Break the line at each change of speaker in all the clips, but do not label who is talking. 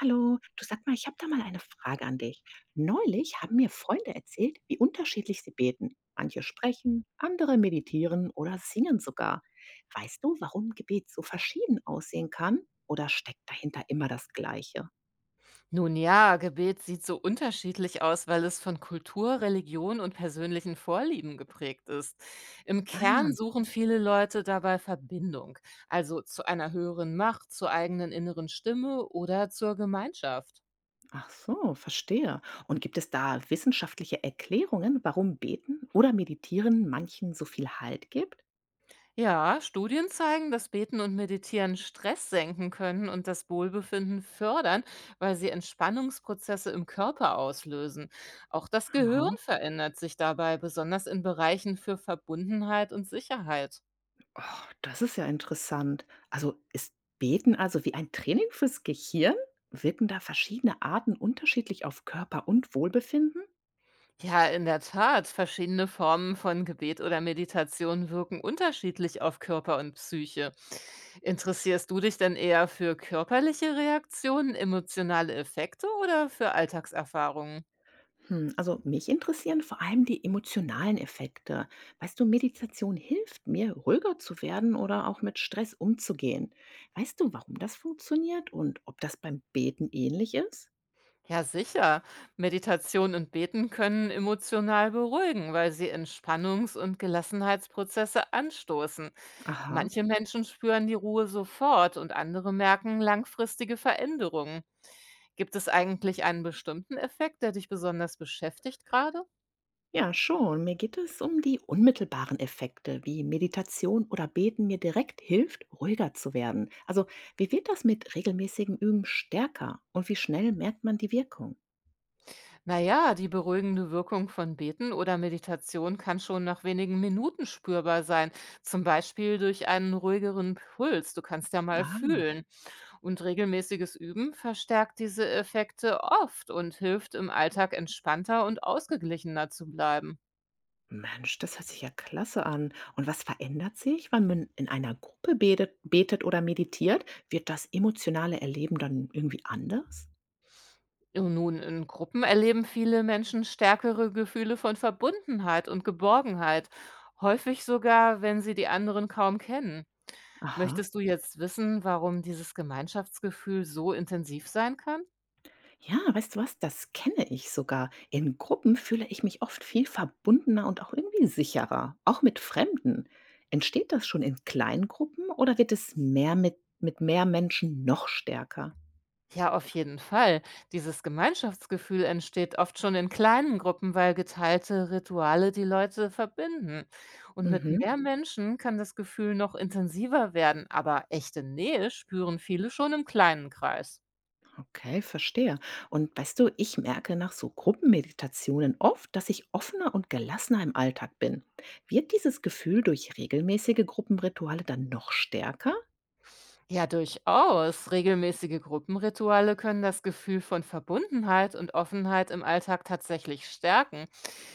Hallo, du, sag mal, ich habe da mal eine Frage an dich. Neulich haben mir Freunde erzählt, wie unterschiedlich sie beten. Manche sprechen, andere meditieren oder singen sogar. Weißt du, warum Gebet so verschieden aussehen kann? Oder steckt dahinter immer das Gleiche?
Nun ja, Gebet sieht so unterschiedlich aus, weil es von Kultur, Religion und persönlichen Vorlieben geprägt ist. Im
Ah ja,
Kern suchen viele Leute dabei Verbindung, also zu einer höheren Macht, zur eigenen inneren Stimme oder zur Gemeinschaft.
ach so, verstehe. Und gibt es da wissenschaftliche Erklärungen, warum Beten oder Meditieren manchen so viel Halt gibt?
Ja, Studien zeigen, dass Beten und Meditieren Stress senken können und das Wohlbefinden fördern, weil sie Entspannungsprozesse im Körper auslösen. Auch das Gehirn
Aha.
verändert sich dabei, besonders in Bereichen für Verbundenheit und Sicherheit.
Oh, das ist ja interessant. Also ist Beten also wie ein Training fürs Gehirn? Wirken da verschiedene Arten unterschiedlich auf Körper und Wohlbefinden?
Ja, in der Tat. Verschiedene Formen von Gebet oder Meditation wirken unterschiedlich auf Körper und Psyche. Interessierst du dich denn eher für körperliche Reaktionen, emotionale Effekte oder für Alltagserfahrungen?
Hm, also mich interessieren vor allem die emotionalen Effekte. Weißt du, Meditation hilft mir, ruhiger zu werden oder auch mit Stress umzugehen. Weißt du, warum das funktioniert und ob das beim Beten ähnlich ist?
Ja, sicher. Meditation und Beten können emotional beruhigen, weil sie Entspannungs- und Gelassenheitsprozesse anstoßen.
Aha.
Manche Menschen spüren die Ruhe sofort und andere merken langfristige Veränderungen. Gibt es eigentlich einen bestimmten Effekt, der dich besonders beschäftigt gerade?
Ja, schon. Mir geht es um die unmittelbaren Effekte, wie Meditation oder Beten mir direkt hilft, ruhiger zu werden. Also, wie wird das mit regelmäßigen Üben stärker und wie schnell merkt man die Wirkung?
Na ja, die beruhigende Wirkung von Beten oder Meditation kann schon nach wenigen Minuten spürbar sein, zum Beispiel durch einen ruhigeren Puls. Du kannst ja mal
Ah,
fühlen. Und regelmäßiges Üben verstärkt diese Effekte oft und hilft im Alltag entspannter und ausgeglichener zu bleiben.
Mensch, das hört sich ja klasse an. Und was verändert sich, wenn man in einer Gruppe betet, betet oder meditiert? Wird das emotionale Erleben dann irgendwie anders?
Ja, nun, in Gruppen erleben viele Menschen stärkere Gefühle von Verbundenheit und Geborgenheit, häufig sogar, wenn sie die anderen kaum kennen.
Aha.
Möchtest du jetzt wissen, warum dieses Gemeinschaftsgefühl so intensiv sein kann?
Ja, weißt du was? Das kenne ich sogar. In Gruppen fühle ich mich oft viel verbundener und auch irgendwie sicherer, auch mit Fremden. Entsteht das schon in kleinen Gruppen oder wird es mehr mit mehr Menschen noch stärker?
Ja, auf jeden Fall. Dieses Gemeinschaftsgefühl entsteht oft schon in kleinen Gruppen, weil geteilte Rituale die Leute verbinden. Und mit
Mhm,
mehr Menschen kann das Gefühl noch intensiver werden, aber echte Nähe spüren viele schon im kleinen Kreis.
okay, verstehe. Und weißt du, ich merke nach so Gruppenmeditationen oft, dass ich offener und gelassener im Alltag bin. Wird dieses Gefühl durch regelmäßige Gruppenrituale dann noch stärker?
Ja, durchaus. Regelmäßige Gruppenrituale können das Gefühl von Verbundenheit und Offenheit im Alltag tatsächlich stärken.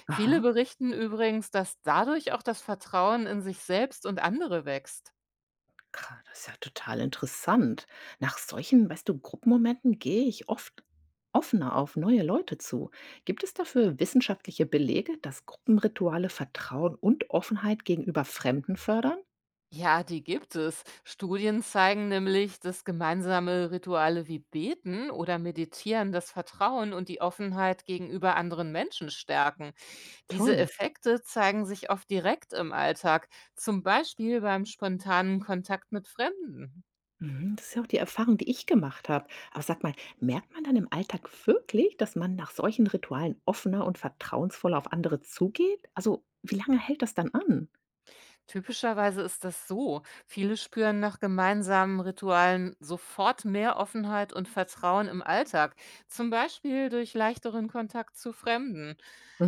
Viele
Aha.
berichten übrigens, dass dadurch auch das Vertrauen in sich selbst und andere wächst.
Krass, das ist ja total interessant. Nach solchen, weißt du, Gruppenmomenten gehe ich oft offener auf neue Leute zu. Gibt es dafür wissenschaftliche Belege, dass Gruppenrituale Vertrauen und Offenheit gegenüber Fremden fördern?
Ja, die gibt es. Studien zeigen nämlich, dass gemeinsame Rituale wie Beten oder Meditieren das Vertrauen und die Offenheit gegenüber anderen Menschen stärken. Diese
Toll.
Effekte zeigen sich oft direkt im Alltag, zum Beispiel beim spontanen Kontakt mit Fremden.
Mhm, das ist ja auch die Erfahrung, die ich gemacht habe. Aber sag mal, merkt man dann im Alltag wirklich, dass man nach solchen Ritualen offener und vertrauensvoller auf andere zugeht? Also, wie lange hält das dann an?
Typischerweise ist das so. Viele spüren nach gemeinsamen Ritualen sofort mehr Offenheit und Vertrauen im Alltag, zum Beispiel durch leichteren Kontakt zu Fremden.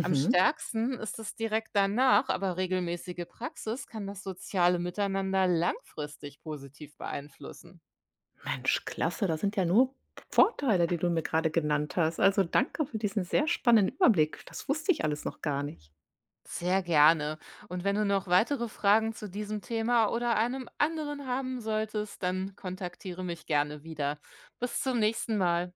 Am stärksten ist es direkt danach, aber regelmäßige Praxis kann das soziale Miteinander langfristig positiv beeinflussen.
Mensch, klasse, das sind ja nur Vorteile, die du mir gerade genannt hast. Also, danke für diesen sehr spannenden Überblick. Das wusste ich alles noch gar nicht.
Sehr gerne. Und wenn du noch weitere Fragen zu diesem Thema oder einem anderen haben solltest, dann kontaktiere mich gerne wieder. Bis zum nächsten Mal.